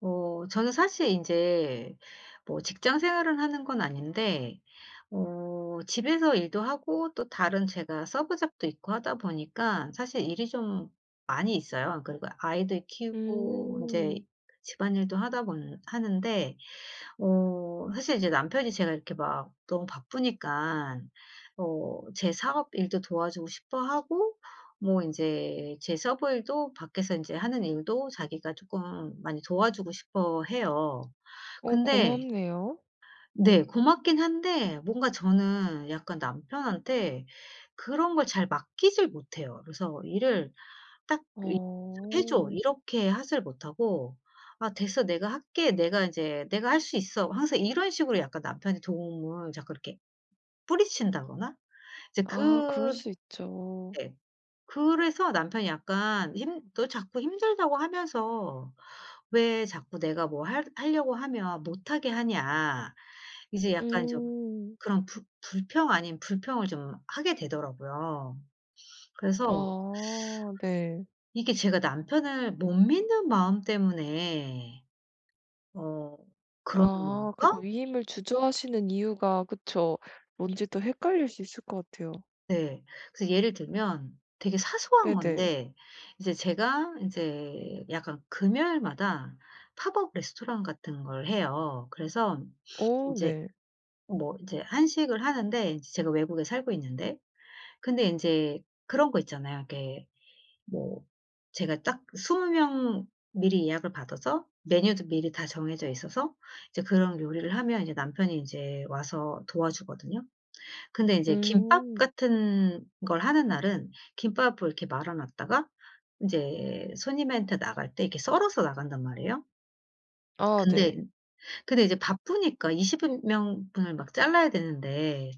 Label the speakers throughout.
Speaker 1: 저는 사실 이제 뭐 직장 생활을 하는 건 아닌데, 집에서 일도 하고 또 다른 제가 서브 잡도 있고 하다 보니까 사실 일이 좀 많이 있어요. 그리고 아이들 키우고 이제
Speaker 2: 음.
Speaker 1: 집안일도 하다 보는 하는데, 사실 이제 남편이 제가 이렇게 막 너무 바쁘니까 제 사업 일도 도와주고 싶어 하고, 뭐 이제 제 서브 일도 밖에서 이제 하는 일도 자기가 조금 많이 도와주고 싶어 해요.
Speaker 2: 어,
Speaker 1: 근데
Speaker 2: 고맙네요.
Speaker 1: 네, 고맙긴 한데 뭔가 저는 약간 남편한테 그런 걸 잘 맡기질 못해요. 그래서 일을 딱 이 "좀 해 줘."
Speaker 2: 어.
Speaker 1: 이렇게 하지를 못하고, "아, 됐어. 내가 할게. 내가 인제 내가 할 수 있어." 항상 이런 식으로 약간 남편이 도움을 자꾸 이렇게 뿌리친다거나, 이제
Speaker 2: 아, 그럴
Speaker 1: 그
Speaker 2: 수 있죠.
Speaker 1: 네. 그래서 남편이 약간 힘 "너 자꾸 힘들다고 하면서 왜 자꾸 내가 뭐 할 하려고 하면 못하게 하냐." 이제 약간 좀
Speaker 2: 음.
Speaker 1: 그런 불 불평 아닌 불평을 좀 하게 되더라고요. 그래서
Speaker 2: 아, 네.
Speaker 1: 이게 제가 남편을 못 믿는 마음 때문에 어 그런
Speaker 2: 아그
Speaker 1: 건가?
Speaker 2: 고 위임을 주저하시는 이유가 그쵸. 뭔지 또 헷갈릴 수 있을 것 같아요.
Speaker 1: 네. 그래서 예를 들면 되게 사소한
Speaker 2: 네네.
Speaker 1: 건데, 이제 제가 인제 약간 금요일마다 팝업 레스토랑 같은 걸 해요. 그래서
Speaker 2: 오,
Speaker 1: 인제
Speaker 2: 네.
Speaker 1: 뭐 인제 한식을 하는데, 인제 제가 외국에 살고 있는데, 근데 인제 그런 거 있잖아요. 이렇게 뭐 제가 딱 20명 미리 예약을 받아서 메뉴도 미리 다 정해져 있어서 이제 그런 요리를 하면 이제 남편이 인제 와서 도와주거든요. 근데 인제 김밥
Speaker 2: 음.
Speaker 1: 같은 걸 하는 날은 김밥을 이렇게 말아 놨다가 인제 손님한테 나갈 때 이렇게 썰어서 나간단 말이에요.
Speaker 2: 아, 네.
Speaker 1: 근데 근데 이제 바쁘니까 20 명분을 막 잘라야 되는데,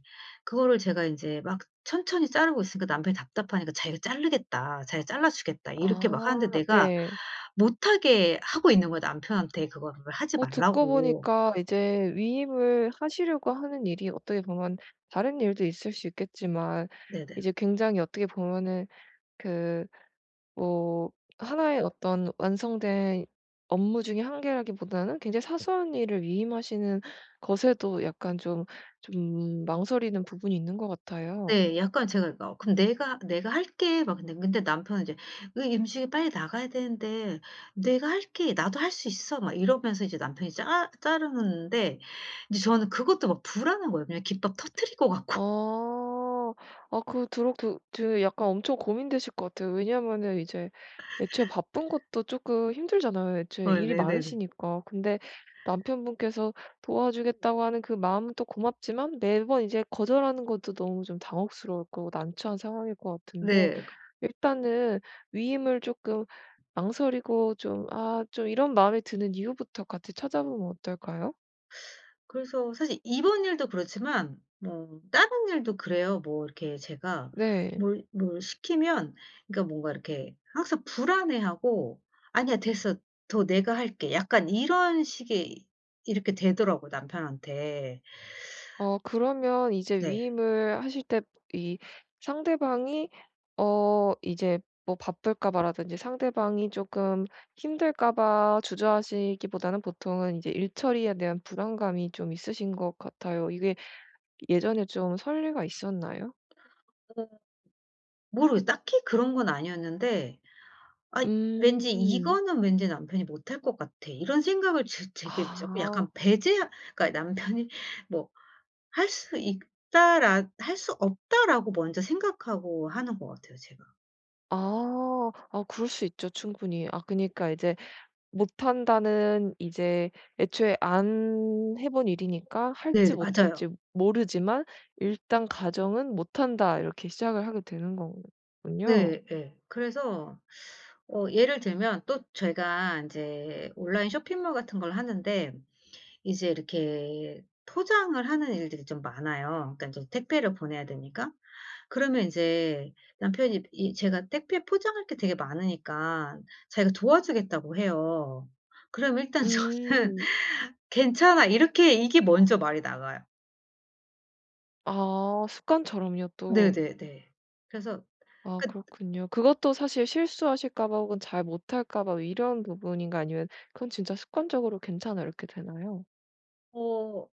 Speaker 1: 그거를 제가 인제 막 천천히 자르고 있으니까 남편이 답답하니까 "자기가 자르겠다. 자기가 잘라 주겠다." 이렇게 막 하는데,
Speaker 2: 아,
Speaker 1: 내가
Speaker 2: 네.
Speaker 1: 못하게 하고 있는 거예요, 남편한테 그거를 하지
Speaker 2: 어, 듣고
Speaker 1: 말라고.
Speaker 2: 보니까 이제 위임을 하시려고 하는 일이 어떻게 보면 다른 일도 있을 수 있겠지만
Speaker 1: 네네.
Speaker 2: 이제 굉장히 어떻게 보면은 그, 뭐, 하나의 어떤 완성된 업무 중에 한 개라기보다는 굉장히 사소한 일을 위임하시는 것에도 약간 좀 좀 망설이는 부분이 있는 것 같아요.
Speaker 1: 네. 약간 제가 그러니까 '그럼 내가 내가 할게.' 막 근데 남편은 이제 "으 음식이 빨리 나가야 되는데 내가 할게. 나도 할 수 있어." 막 이러면서 이제 남편이 짜 자르는데, 이제 저는 그것도 막 불안한 거예요. 그냥 김밥 터뜨릴 것 같고.
Speaker 2: 아. 아, 그 두록 두록그 저 약간 엄청 고민되실 것 같아요. 왜냐하면은 이제 애초에 바쁜 것도 조금 힘들잖아요,
Speaker 1: 어
Speaker 2: 애초에 일이
Speaker 1: 네네네. 네.
Speaker 2: 많으시니까. 근데 남편분께서 도와주겠다고 하는 그 마음은 또 고맙지만, 매번 이제 거절하는 것도 너무 좀 당혹스러울 거고 난처한 상황일 것 같은데,
Speaker 1: 네. 네,
Speaker 2: 일단은 위임을 조금 망설이고 좀 좀 이런 마음이 드는 이유부터 같이 찾아보면 어떨까요?
Speaker 1: 그래서 사실 이번 일도 그렇지만 뭐 다른 일도 그래요. 뭐 이렇게 제가
Speaker 2: 네.
Speaker 1: 뭘 시키면 그러니까 뭔가 이렇게 항상 불안해하고 '아니야, 됐어. 더 내가 할게.' 약간 이런 식의 이렇게 되더라고요, 남편한테.
Speaker 2: 어, 그러면 이제
Speaker 1: 네.
Speaker 2: 위임을 하실 때 이 상대방이 이제 뭐 바쁠까 봐라든지 상대방이 조금 힘들까 봐 주저하시기보다는, 보통은 이제 일 처리에 대한 불안감이 좀 있으신 것 같아요. 이게 예전에 좀 선례가 있었나요?
Speaker 1: 어 모르겠어요. 딱히 그런 건 아니었는데, 아, 왠지
Speaker 2: 음.
Speaker 1: '이거는 왠지 남편이 못 할 것 같아.' 이런 생각을 제 되게 조금
Speaker 2: 아.
Speaker 1: 약간 배제하 그러니까 남편이 뭐 '할 수 없다.'라고 먼저 생각하고 하는 것 같아요, 제가.
Speaker 2: 아. 아, 그럴 수 있죠, 충분히. 아, 그니까 이제 못한다는 이제 애초에 안 해본 일이니까 할지
Speaker 1: 네네
Speaker 2: 못할지
Speaker 1: 맞아요.
Speaker 2: 모르지만, 일단 가정은 '못한다.' 이렇게 시작을 하게 되는 거군요.
Speaker 1: 네 예. 그래서 예를 들면 또 제가 인제 온라인 쇼핑몰 같은 걸 하는데, 이제 이렇게 포장을 하는 일들이 좀 많아요. 그러니까 인제 택배를 보내야 되니까. 그러면 인제 남편이 이 제가 택배 포장할 게 되게 많으니까 자기가 도와주겠다고 해요. 그럼 일단 저는
Speaker 2: 음.
Speaker 1: "괜찮아." 이렇게 이게 먼저 말이 나가요.
Speaker 2: 아, 습관처럼요 또.
Speaker 1: 네네네. 그래서
Speaker 2: 아,
Speaker 1: 그
Speaker 2: 그렇군요. 그것도 사실 실수하실까 봐 혹은 잘 못할까 봐 이런 부분인가, 아니면 그건 진짜 습관적으로 괜찮아 이렇게 되나요?
Speaker 1: 어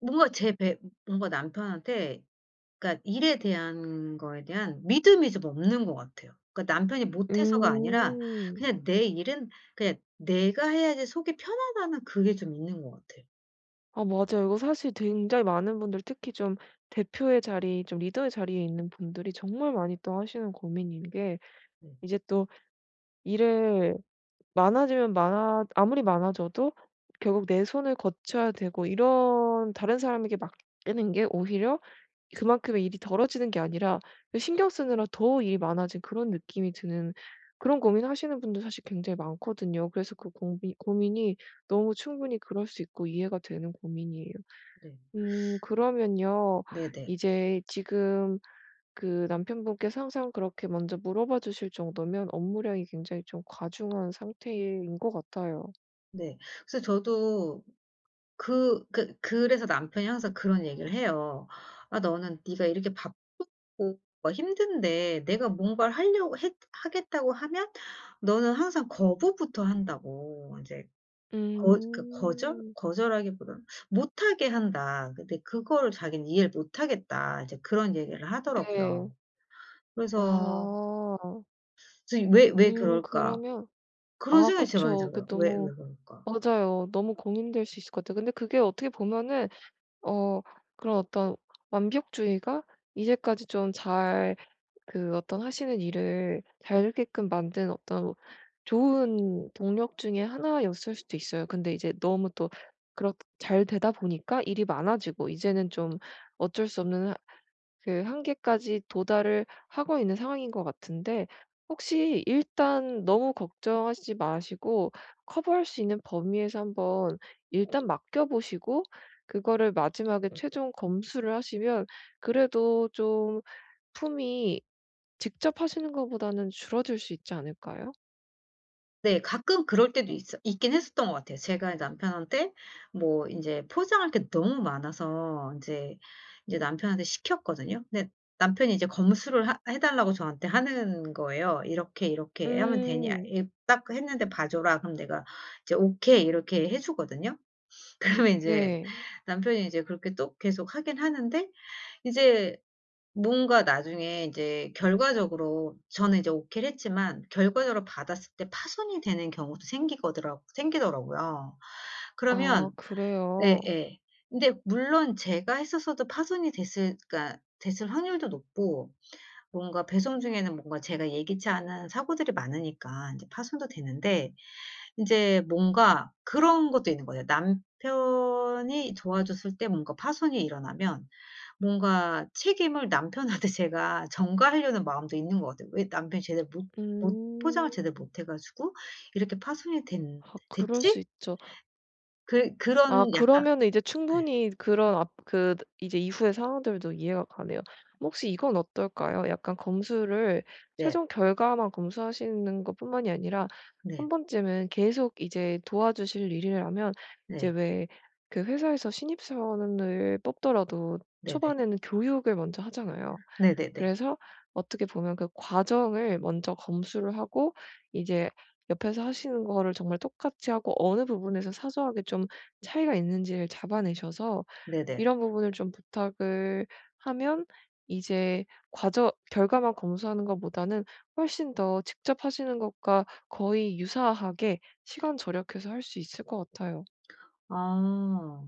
Speaker 1: 뭔가 제 배 뭔가 남편한테 그러니까 일에 대한 거에 대한 믿음이 좀 없는 것 같아요. 그러니까 남편이 못해서가 아니라
Speaker 2: 음.
Speaker 1: 그냥 내 일은 그냥 내가 해야지 속이 편하다는 그게 좀 있는 것 같아요.
Speaker 2: 아, 맞아요. 이거 사실 굉장히 많은 분들, 특히 좀 대표의 자리 좀 리더의 자리에 있는 분들이 정말 많이 또 하시는 고민인 게
Speaker 1: 네.
Speaker 2: 이제 또 일을 많아지면 많아 아무리 많아져도 결국 내 손을 거쳐야 되고, 이런 다른 사람에게 맡기는 게 오히려 그만큼의 일이 덜어지는 게 아니라 그 신경 쓰느라 더 일이 많아진 그런 느낌이 드는, 그런 고민하시는 분들 사실 굉장히 많거든요. 그래서 그 고민이 너무 충분히 그럴 수 있고 이해가 되는 고민이에요.
Speaker 1: 네.
Speaker 2: 음, 그러면요.
Speaker 1: 네네.
Speaker 2: 이제 지금 그 남편분께서 항상 그렇게 먼저 물어봐 주실 정도면 업무량이 굉장히 좀 과중한 상태인 것 같아요.
Speaker 1: 네. 그래서 저도 그래서 남편이 항상 그런 얘기를 해요. "아, 너는 네가 이렇게 바쁘고 막 힘든데 내가 뭔가를 하려고 했 하겠다고 하면 너는 항상 거부부터 한다."고. 이제 거 그 거절?
Speaker 2: 음.
Speaker 1: 거절하기보다는 못하게 한다. 근데 그거를 자기는 "이해를 못 하겠다." 이제 그런 얘기를 하더라고요.
Speaker 2: 네.
Speaker 1: 그래서
Speaker 2: 아.
Speaker 1: 그래서 '왜 왜
Speaker 2: 음,
Speaker 1: 그럴까?'
Speaker 2: 그러면
Speaker 1: 그런
Speaker 2: 아,
Speaker 1: 생각이 진짜 많이
Speaker 2: 그쵸. 그
Speaker 1: 들어요. '왜 왜
Speaker 2: 너무
Speaker 1: 그럴까?'
Speaker 2: 맞아요. 너무 고민될 수 있을 것 같아요. 근데 그게 어떻게 보면은 어 그런 어떤 완벽주의가 이제까지 좀잘 그 어떤 하시는 일을 잘 되게끔 만든 어떤, 뭐, 좋은 동력 중에 하나였을 수도 있어요. 근데 이제 너무 또 그렇 잘 되다 보니까 일이 많아지고, 이제는 좀 어쩔 수 없는 하 그 한계까지 도달을 하고 있는 상황인 것 같은데, 혹시 일단 너무 걱정하시지 마시고 커버할 수 있는 범위에서 한번 일단 맡겨 보시고 그거를 마지막에 최종 검수를 하시면, 그래도 좀 품이 직접 하시는 것보다는 줄어들 수 있지 않을까요?
Speaker 1: 네. 가끔 그럴 때도 있어 있긴 했었던 것 같아요. 제가 남편한테 뭐 인제 포장할 게 너무 많아서 인제, 이제 남편한테 시켰거든요. 근데 남편이 이제 검수를 하 해 달라고 저한테 하는 거예요. "이렇게, 이렇게 하면 되냐?
Speaker 2: 음.
Speaker 1: 이 딱 했는데 봐 줘라." 그럼 내가 이제 "오케이." 이렇게 해 주거든요. 그러면 인제
Speaker 2: 네.
Speaker 1: 남편이 이제 그렇게 또 계속 하긴 하는데, 이제 뭔가 나중에 이제 결과적으로 저는 이제 오케이를 했지만 결과적으로 받았을 때 파손이 되는 경우도 생기거더라 생기더라고요.
Speaker 2: 아,
Speaker 1: 그러면
Speaker 2: 그래요.
Speaker 1: 예예. 근데 물론 제가 했었어도 파손이 됐을 그러니까 됐을 확률도 높고, 뭔가 배송 중에는 뭔가 제가 예기치 않은 사고들이 많으니까 인제 파손도 되는데, 인제 뭔가 그런 것도 있는 거예요. 남편이 도와줬을 때 뭔가 파손이 일어나면 뭔가 책임을 남편한테 제가 전가하려는 마음도 있는 것 같아요. 왜 남편이 제대로 못 못
Speaker 2: 음.
Speaker 1: 포장을 제대로 못해 가지고 이렇게 파손이 된
Speaker 2: 아, 그럴 수
Speaker 1: 됐지?
Speaker 2: 있죠.
Speaker 1: 그
Speaker 2: 아,
Speaker 1: 그런 약간
Speaker 2: 그러면은 이제
Speaker 1: 예.
Speaker 2: 충분히 그런 앞 그 이제 이후의 상황들도 이해가 가네요. 혹시 이건 어떨까요? 약간 검수를
Speaker 1: 네.
Speaker 2: 최종 결과만 검수하시는 것뿐만이 아니라
Speaker 1: 네.
Speaker 2: 한 번쯤은 계속 이제 도와주실 일이라면, 이제
Speaker 1: 네.
Speaker 2: 왜 그 회사에서 신입사원을 뽑더라도
Speaker 1: 네네.
Speaker 2: 초반에는 교육을 먼저 하잖아요.
Speaker 1: 네네네.
Speaker 2: 그래서 어떻게 보면 그 과정을 먼저 검수를 하고 이제 옆에서 하시는 거를 정말 똑같이 하고 어느 부분에서 사소하게 좀 차이가 있는지를 잡아내셔서
Speaker 1: 네네.
Speaker 2: 이런 부분을 좀 부탁을 하면, 이제 과정 결과만 검수하는 것보다는 훨씬 더 직접 하시는 것과 거의 유사하게 시간 절약해서 할 수 있을 것 같아요.
Speaker 1: 아.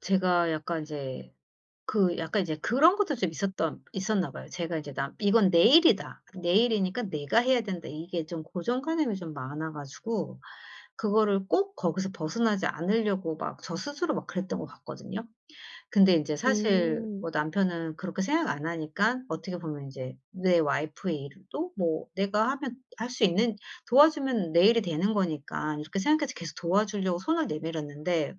Speaker 1: 제가 약간 이제 그 약간 이제 그런 것도 좀 있었던 있었나 봐요. 제가 이제 나 '이건 내 일이다. 내 일이니까 내가 해야 된다.' 이게 좀 고정관념이 좀 많아 가지고 그거를 꼭 거기서 벗어나지 않으려고 막 저 스스로 막 그랬던 것 같거든요. 근데 인제 사실
Speaker 2: 음.
Speaker 1: 뭐 남편은 그렇게 생각 안 하니까 어떻게 보면 인제 내 와이프의 일도 뭐 내가 하면 할 수 있는 도와주면 내 일이 되는 거니까 이렇게 생각해서 계속 도와주려고 손을 내밀었는데,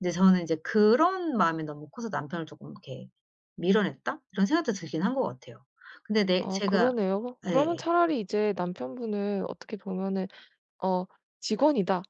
Speaker 1: 이제 저는 이제 그런 마음이 너무 커서 남편을 쪼끔 이렇게 밀어냈다? 이런 생각도 들긴 한 것 같아요. 근데 내
Speaker 2: 아,
Speaker 1: 제가
Speaker 2: 그러네요. 그러면
Speaker 1: 예.
Speaker 2: 차라리 이제 남편분은 어떻게 보면은 어, 직원이다.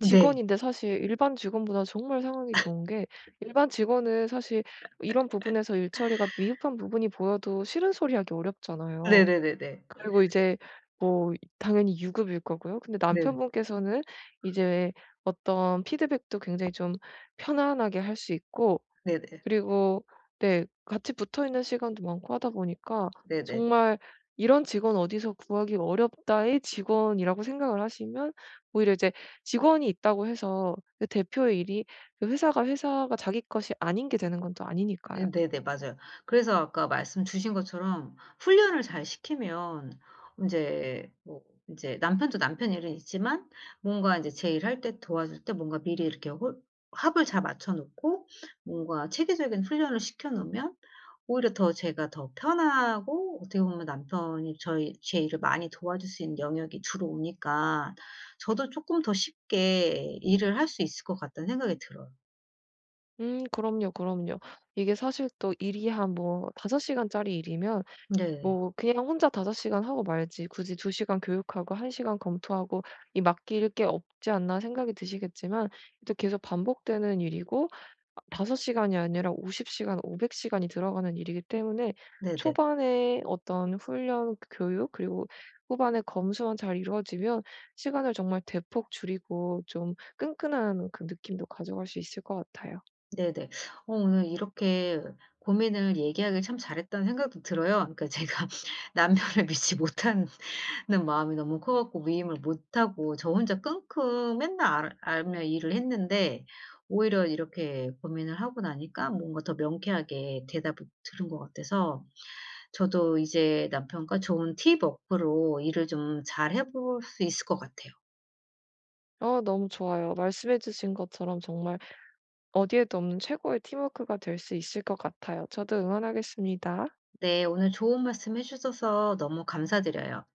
Speaker 1: 네.
Speaker 2: 직원인데 사실 일반 직원보다 정말 상황이 좋은 게, 일반 직원은 사실 이런 부분에서 일 처리가 미흡한 부분이 보여도 싫은 소리 하기 어렵잖아요.
Speaker 1: 네 네 네 네.
Speaker 2: 그리고 이제, 뭐, 당연히 유급일 거고요. 근데
Speaker 1: 네.
Speaker 2: 남편분께서는 이제 어떤 피드백도 굉장히 좀 편안하게 할 수 있고,
Speaker 1: 네 네.
Speaker 2: 그리고 네 같이 붙어있는 시간도 많고 하다 보니까
Speaker 1: 네네.
Speaker 2: 정말 '이런 직원 어디서 구하기 어렵다.'의 직원이라고 생각을 하시면, 오히려 이제 직원이 있다고 해서 그 대표의 일이 그 회사가 자기 것이 아닌 게 되는 건 또 아니니까요.
Speaker 1: 예 네네. 맞아요. 그래서 아까 말씀 주신 것처럼 훈련을 잘 시키면 인제 뭐 인제 남편도 남편 일은 있지만 뭔가 인제 제 일할 때 도와줄 때 뭔가 미리 이렇게 홀 합을 잘 맞춰 놓고 뭔가 체계적인 훈련을 시켜 놓으면 오히려 더 제가 더 편하고, 어떻게 보면 남편이 저희 제 일을 많이 도와줄 수 있는 영역이 주로 오니까 저도 쪼끔 더 쉽게 일을 할 수 있을 것 같다는 생각이 들어요.
Speaker 2: 음, 그럼요, 그럼요. 이게 사실 또 일이 한, 뭐, 5 시간짜리 일이면,
Speaker 1: 네.
Speaker 2: 뭐, 그냥 혼자 5 시간 하고 말지 굳이 2 시간 교육하고 1 시간 검토하고 이 맡길 게 없지 않나 생각이 드시겠지만, 또 계속 반복되는 일이고 아, 5 시간이 아니라 50 시간, 500 시간이 들어가는 일이기 때문에
Speaker 1: 네네.
Speaker 2: 초반에 어떤 훈련, 교육 그리고 후반에 검수만 잘 이루어지면 시간을 정말 대폭 줄이고 좀 끈끈한 그 느낌도 가져갈 수 있을 것 같아요.
Speaker 1: 네네. 오늘 이렇게 고민을 얘기하길 참 잘했다는 생각도 들어요. 그러니까 제가 남편을 믿지 못하는 마음이 너무 커 갖고 위임을 못하고 저 혼자 끙끙 맨날 알앓며 일을 했는데, 오히려 이렇게 고민을 하고 나니까 뭔가 더 명쾌하게 대답을 들은 것 같아서 저도 이제 남편과 좋은 팁 얻고로 일을 좀 잘해 볼 수 있을 것 같아요.
Speaker 2: 아, 너무 좋아요. 말씀해 주신 것처럼 정말 어디에도 없는 최고의 팀워크가 될 수 있을 것 같아요. 저도 응원하겠습니다.
Speaker 1: 네 오늘 좋은 말씀 해 주셔서 너무 감사드려요.